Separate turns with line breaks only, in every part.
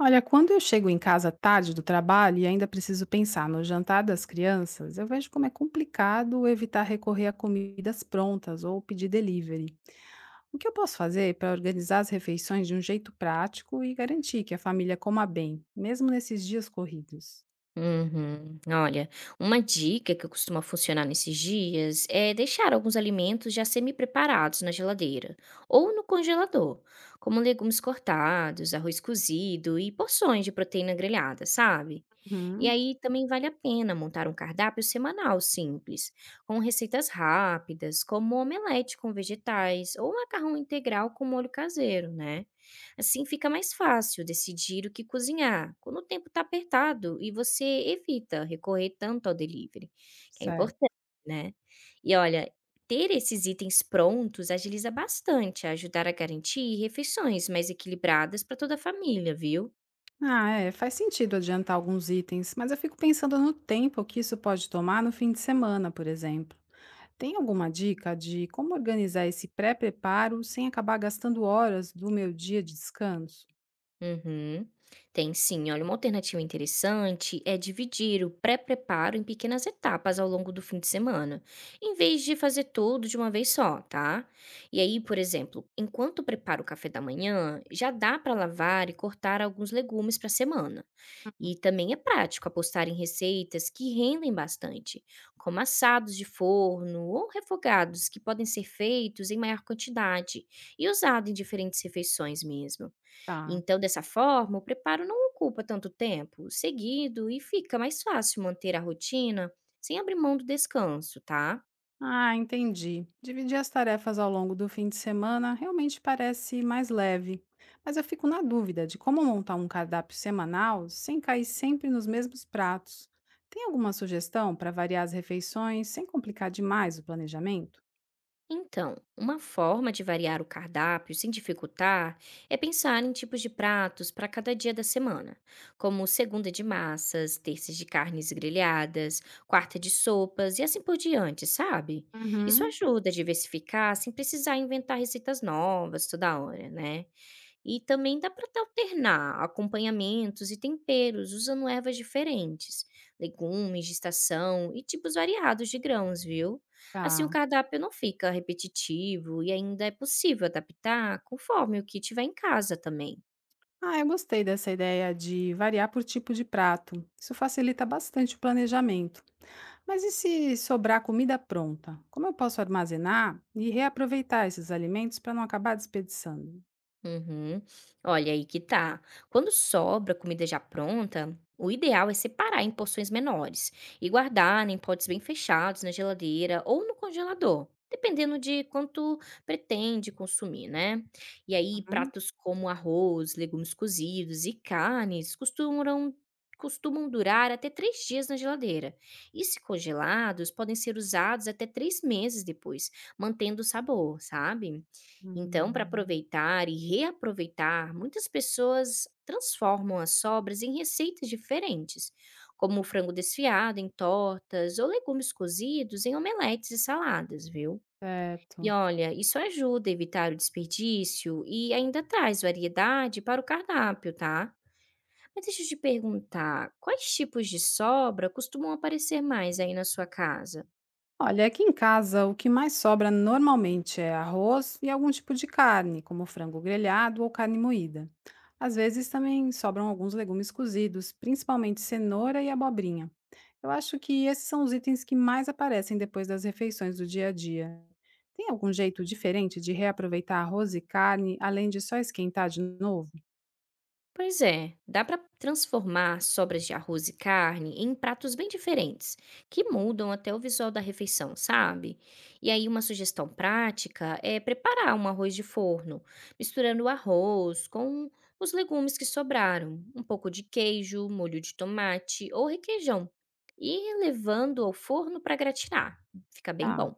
Olha, quando eu chego em casa tarde do trabalho e ainda preciso pensar no jantar das crianças, eu vejo como é complicado evitar recorrer a comidas prontas ou pedir delivery. O que eu posso fazer para organizar as refeições de um jeito prático e garantir que a família coma bem, mesmo nesses dias corridos?
Uhum. Olha, uma dica que costuma funcionar nesses dias é deixar alguns alimentos já semi-preparados na geladeira ou no congelador, como legumes cortados, arroz cozido e porções de proteína grelhada, sabe? E
Uhum,
aí também vale a pena montar um cardápio semanal simples, com receitas rápidas, como omelete com vegetais ou macarrão integral com molho caseiro, né? Assim fica mais fácil decidir o que cozinhar quando o tempo está apertado e você evita recorrer tanto ao delivery, que é
certo.
importante, né? E olha, ter esses itens prontos agiliza bastante a ajudar a garantir refeições mais equilibradas para toda a família, viu?
Ah, é, faz sentido adiantar alguns itens, mas eu fico pensando no tempo que isso pode tomar no fim de semana, por exemplo. Tem alguma dica de como organizar esse pré-preparo sem acabar gastando horas do meu dia de descanso?
Uhum. Tem sim, olha, uma alternativa interessante é dividir o pré-preparo em pequenas etapas ao longo do fim de semana, em vez de fazer tudo de uma vez só, tá? E aí, por exemplo, enquanto preparo o café da manhã, já dá para lavar e cortar alguns legumes para a semana. E também é prático apostar em receitas que rendem bastante, como assados de forno ou refogados que podem ser feitos em maior quantidade e usados em diferentes refeições mesmo.
Tá.
Então, dessa forma, o preparo não ocupa tanto tempo seguido e fica mais fácil manter a rotina sem abrir mão do descanso, tá?
Ah, entendi. Dividir as tarefas ao longo do fim de semana realmente parece mais leve, mas eu fico na dúvida de como montar um cardápio semanal sem cair sempre nos mesmos pratos. Tem alguma sugestão para variar as refeições sem complicar demais o planejamento?
Então, uma forma de variar o cardápio sem dificultar é pensar em tipos de pratos para cada dia da semana, como segunda de massas, terças de carnes grelhadas, quarta de sopas e assim por diante, sabe? Isso
Uhum.
ajuda a diversificar sem precisar inventar receitas novas toda hora, né? E também dá para tu alternar acompanhamentos e temperos usando ervas diferentes, legumes de estação e tipos variados de grãos, viu? Assim o
Tá.
cardápio não fica repetitivo e ainda é possível adaptar conforme o que tiver em casa também.
Ah, eu gostei dessa ideia de variar por tipo de prato. Isso facilita bastante o planejamento. Mas e se sobrar comida pronta? Como eu posso armazenar e reaproveitar esses alimentos para não acabar desperdiçando?
Uhum. Olha aí que tá. Quando sobra comida já pronta, o ideal é separar em porções menores e guardar em potes bem fechados na geladeira ou no congelador, dependendo de quanto pretende consumir, né? E aí,
Uhum.
pratos como arroz, legumes cozidos e carnes costumam durar até 3 dias na geladeira. E se congelados, podem ser usados até 3 meses depois, mantendo o sabor, sabe? Então, para
Hum,
aproveitar e reaproveitar, muitas pessoas transformam as sobras em receitas diferentes, como o frango desfiado em tortas ou legumes cozidos em omeletes e saladas, viu? E
certo.
olha, isso ajuda a evitar o desperdício e ainda traz variedade para o cardápio, tá? Mas deixa eu te perguntar, quais tipos de sobra costumam aparecer mais aí na sua casa?
Olha, aqui em casa o que mais sobra normalmente é arroz e algum tipo de carne, como frango grelhado ou carne moída. Às vezes também sobram alguns legumes cozidos, principalmente cenoura e abobrinha. Eu acho que esses são os itens que mais aparecem depois das refeições do dia a dia. Tem algum jeito diferente de reaproveitar arroz e carne, além de só esquentar de novo?
Pois é, dá para transformar sobras de arroz e carne em pratos bem diferentes, que mudam até o visual da refeição, sabe? E aí uma sugestão prática é preparar um arroz de forno, misturando o arroz com os legumes que sobraram, um pouco de queijo, molho de tomate ou requeijão, e levando ao forno para gratinar. Fica bem
Ah,
bom.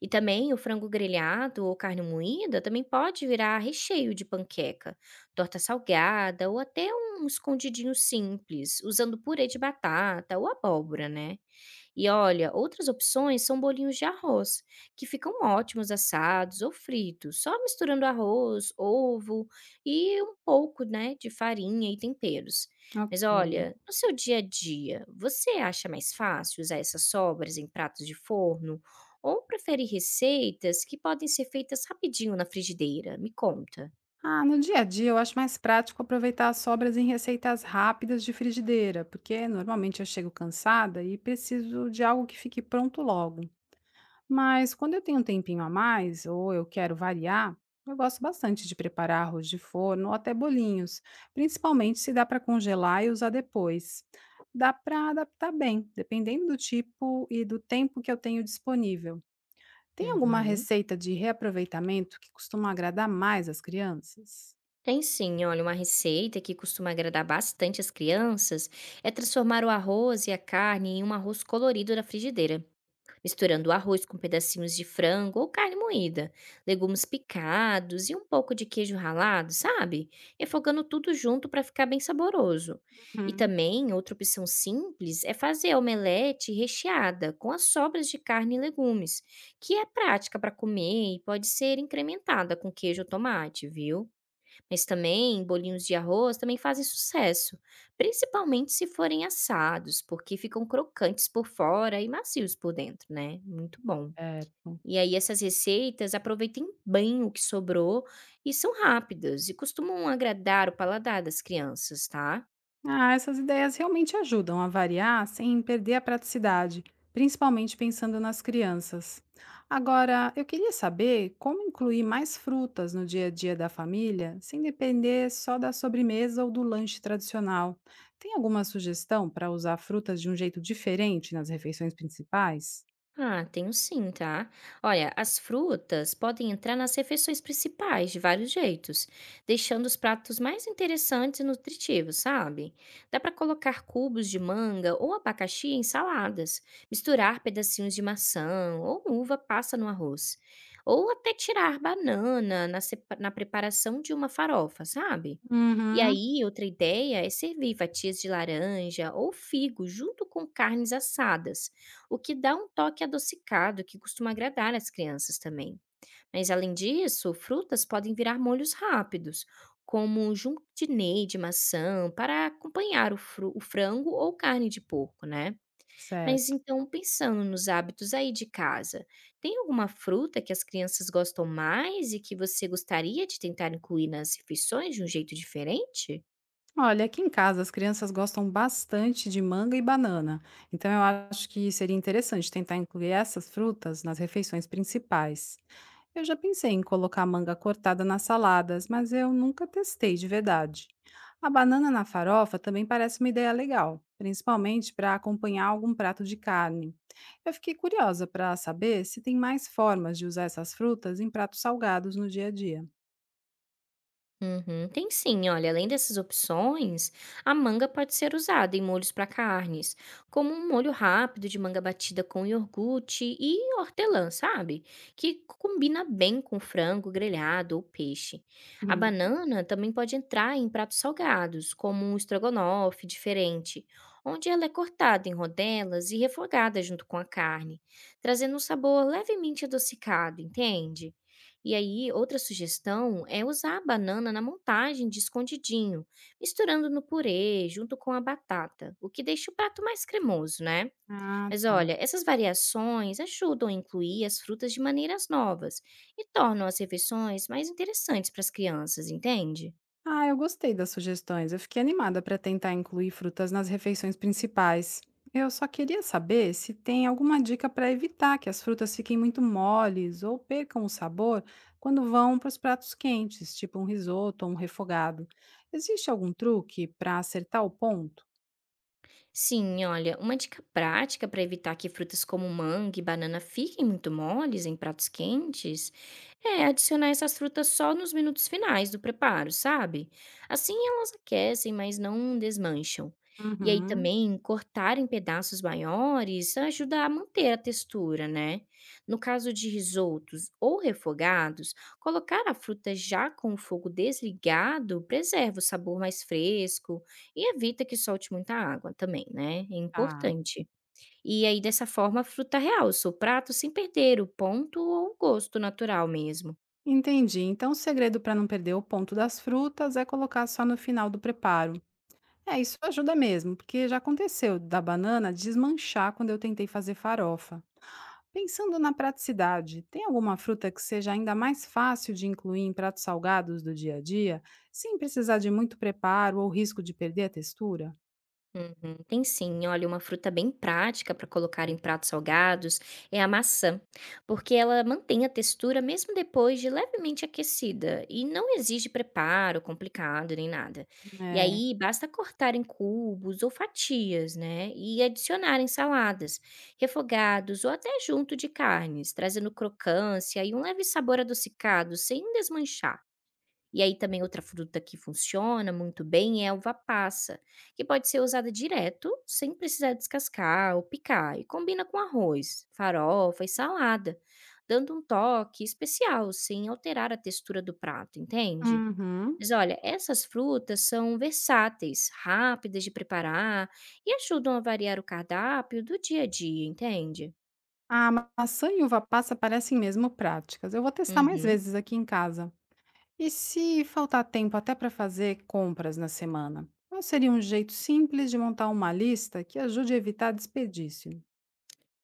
E também o frango grelhado ou carne moída também pode virar recheio de panqueca, torta salgada ou até um escondidinho simples, usando purê de batata ou abóbora, né? E olha, outras opções são bolinhos de arroz, que ficam ótimos assados ou fritos, só misturando arroz, ovo e um pouco, né, de farinha e temperos. Mas
ok.
olha, no seu dia a dia, você acha mais fácil usar essas sobras em pratos de forno ou prefere receitas que podem ser feitas rapidinho na frigideira? Me conta.
Ah, no dia a dia eu acho mais prático aproveitar as sobras em receitas rápidas de frigideira, porque normalmente eu chego cansada e preciso de algo que fique pronto logo. Mas quando eu tenho um tempinho a mais ou eu quero variar, eu gosto bastante de preparar arroz de forno ou até bolinhos, principalmente se dá para congelar e usar depois. Dá para adaptar bem, dependendo do tipo e do tempo que eu tenho disponível. Tem alguma
Uhum.
receita de reaproveitamento que costuma agradar mais as crianças?
Tem sim, olha, uma receita que costuma agradar bastante as crianças é transformar o arroz e a carne em um arroz colorido na frigideira, misturando o arroz com pedacinhos de frango ou carne moída, legumes picados e um pouco de queijo ralado, sabe? Refogando tudo junto para ficar bem saboroso. E
Uhum.
também, outra opção simples é fazer a omelete recheada com as sobras de carne e legumes, que é prática para comer e pode ser incrementada com queijo ou tomate, viu? Mas também bolinhos de arroz também fazem sucesso, principalmente se forem assados, porque ficam crocantes por fora e macios por dentro, né? Muito bom.
Certo.
E aí essas receitas aproveitem bem o que sobrou e são rápidas e costumam agradar o paladar das crianças, tá?
Ah, essas ideias realmente ajudam a variar sem perder a praticidade, principalmente pensando nas crianças. Agora, eu queria saber como incluir mais frutas no dia a dia da família, sem depender só da sobremesa ou do lanche tradicional. Tem alguma sugestão para usar frutas de um jeito diferente nas refeições principais?
Ah, tenho sim, tá? Olha, as frutas podem entrar nas refeições principais de vários jeitos, deixando os pratos mais interessantes e nutritivos, sabe? Dá para colocar cubos de manga ou abacaxi em saladas, misturar pedacinhos de maçã ou uva passa no arroz, ou até tirar banana na, na preparação de uma farofa, sabe? E
Uhum.
aí, outra ideia é servir fatias de laranja ou figo junto com carnes assadas, o que dá um toque adocicado que costuma agradar as crianças também. Mas além disso, frutas podem virar molhos rápidos, como junctinei de maçã, para acompanhar o frango ou carne de porco, né? Mas
Certo.
então, pensando nos hábitos aí de casa, tem alguma fruta que as crianças gostam mais e que você gostaria de tentar incluir nas refeições de um jeito diferente?
Olha, aqui em casa as crianças gostam bastante de manga e banana, então eu acho que seria interessante tentar incluir essas frutas nas refeições principais. Eu já pensei em colocar manga cortada nas saladas, mas eu nunca testei de verdade. A banana na farofa também parece uma ideia legal, principalmente para acompanhar algum prato de carne. Eu fiquei curiosa para saber se tem mais formas de usar essas frutas em pratos salgados no dia a dia.
Uhum, tem sim, olha, além dessas opções, a manga pode ser usada em molhos para carnes, como um molho rápido de manga batida com iogurte e hortelã, sabe? Que combina bem com frango grelhado ou peixe. A
Uhum.
banana também pode entrar em pratos salgados, como um estrogonofe diferente, onde ela é cortada em rodelas e refogada junto com a carne, trazendo um sabor levemente adocicado, entende? E aí, outra sugestão é usar a banana na montagem de escondidinho, misturando no purê junto com a batata, o que deixa o prato mais cremoso, né?
Ah,
Mas
tá.
olha, essas variações ajudam a incluir as frutas de maneiras novas e tornam as refeições mais interessantes para as crianças, entende?
Ah, eu gostei das sugestões. Eu fiquei animada para tentar incluir frutas nas refeições principais. Eu só queria saber se tem alguma dica para evitar que as frutas fiquem muito moles ou percam o sabor quando vão para os pratos quentes, tipo um risoto ou um refogado. Existe algum truque para acertar o ponto?
Sim, olha, uma dica prática para evitar que frutas como manga e banana fiquem muito moles em pratos quentes é adicionar essas frutas só nos minutos finais do preparo, sabe? Assim elas aquecem, mas não desmancham. E aí
Uhum,
também cortar em pedaços maiores ajuda a manter a textura, né? No caso de risotos ou refogados, colocar a fruta já com o fogo desligado preserva o sabor mais fresco e evita que solte muita água também, né, é
tá.
importante. E aí dessa forma, a fruta realça o prato sem perder o ponto ou o gosto natural mesmo.
Entendi. Então, o segredo para não perder o ponto das frutas é colocar só no final do preparo. É, isso ajuda mesmo, porque já aconteceu da banana desmanchar quando eu tentei fazer farofa. Pensando na praticidade, tem alguma fruta que seja ainda mais fácil de incluir em pratos salgados do dia a dia, sem precisar de muito preparo ou risco de perder a textura?
Uhum, tem sim. Olha, uma fruta bem prática para colocar em pratos salgados é a maçã, porque ela mantém a textura mesmo depois de levemente aquecida e não exige preparo complicado nem nada. E
É.
aí basta cortar em cubos ou fatias, né? E adicionar em saladas, refogados ou até junto de carnes, trazendo crocância e um leve sabor adocicado sem desmanchar. E aí também outra fruta que funciona muito bem é a uva passa, que pode ser usada direto, sem precisar descascar ou picar, e combina com arroz, farofa e salada, dando um toque especial, sem alterar a textura do prato, entende?
Uhum.
Mas olha, essas frutas são versáteis, rápidas de preparar e ajudam a variar o cardápio do dia a dia, entende?
A maçã e uva passa parecem mesmo práticas. Eu vou testar mais
Uhum.
vezes aqui em casa. E se faltar tempo até para fazer compras na semana? Qual seria um jeito simples de montar uma lista que ajude a evitar desperdício?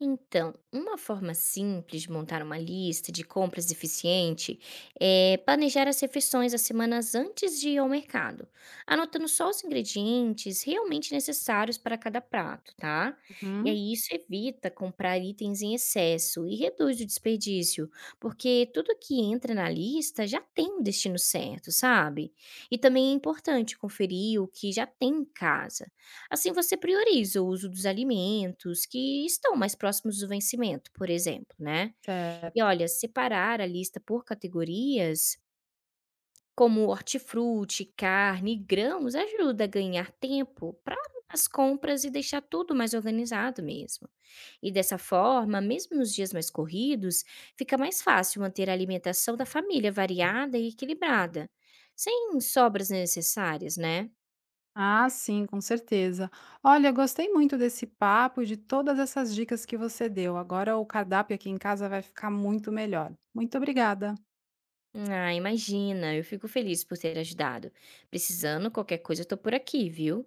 Então, uma forma simples de montar uma lista de compras eficiente é planejar as refeições as semanas antes de ir ao mercado, anotando só os ingredientes realmente necessários para cada prato, tá? E
Hum,
aí isso evita comprar itens em excesso e reduz o desperdício, porque tudo que entra na lista já tem um destino certo, sabe? E também é importante conferir o que já tem em casa. Assim você prioriza o uso dos alimentos que estão mais próximos do vencimento, por exemplo, né. E
certo.
olha, separar a lista por categorias, como hortifruti, carne e grãos, ajuda a ganhar tempo para as compras e deixar tudo mais organizado mesmo. E dessa forma, mesmo nos dias mais corridos, fica mais fácil manter a alimentação da família variada e equilibrada, sem sobras necessárias, né.
Ah, sim, com certeza. Olha, gostei muito desse papo e de todas essas dicas que você deu. Agora o cardápio aqui em casa vai ficar muito melhor. Muito obrigada.
Ah, imagina, eu fico feliz por ter ajudado. Precisando, qualquer coisa, eu tô por aqui, viu?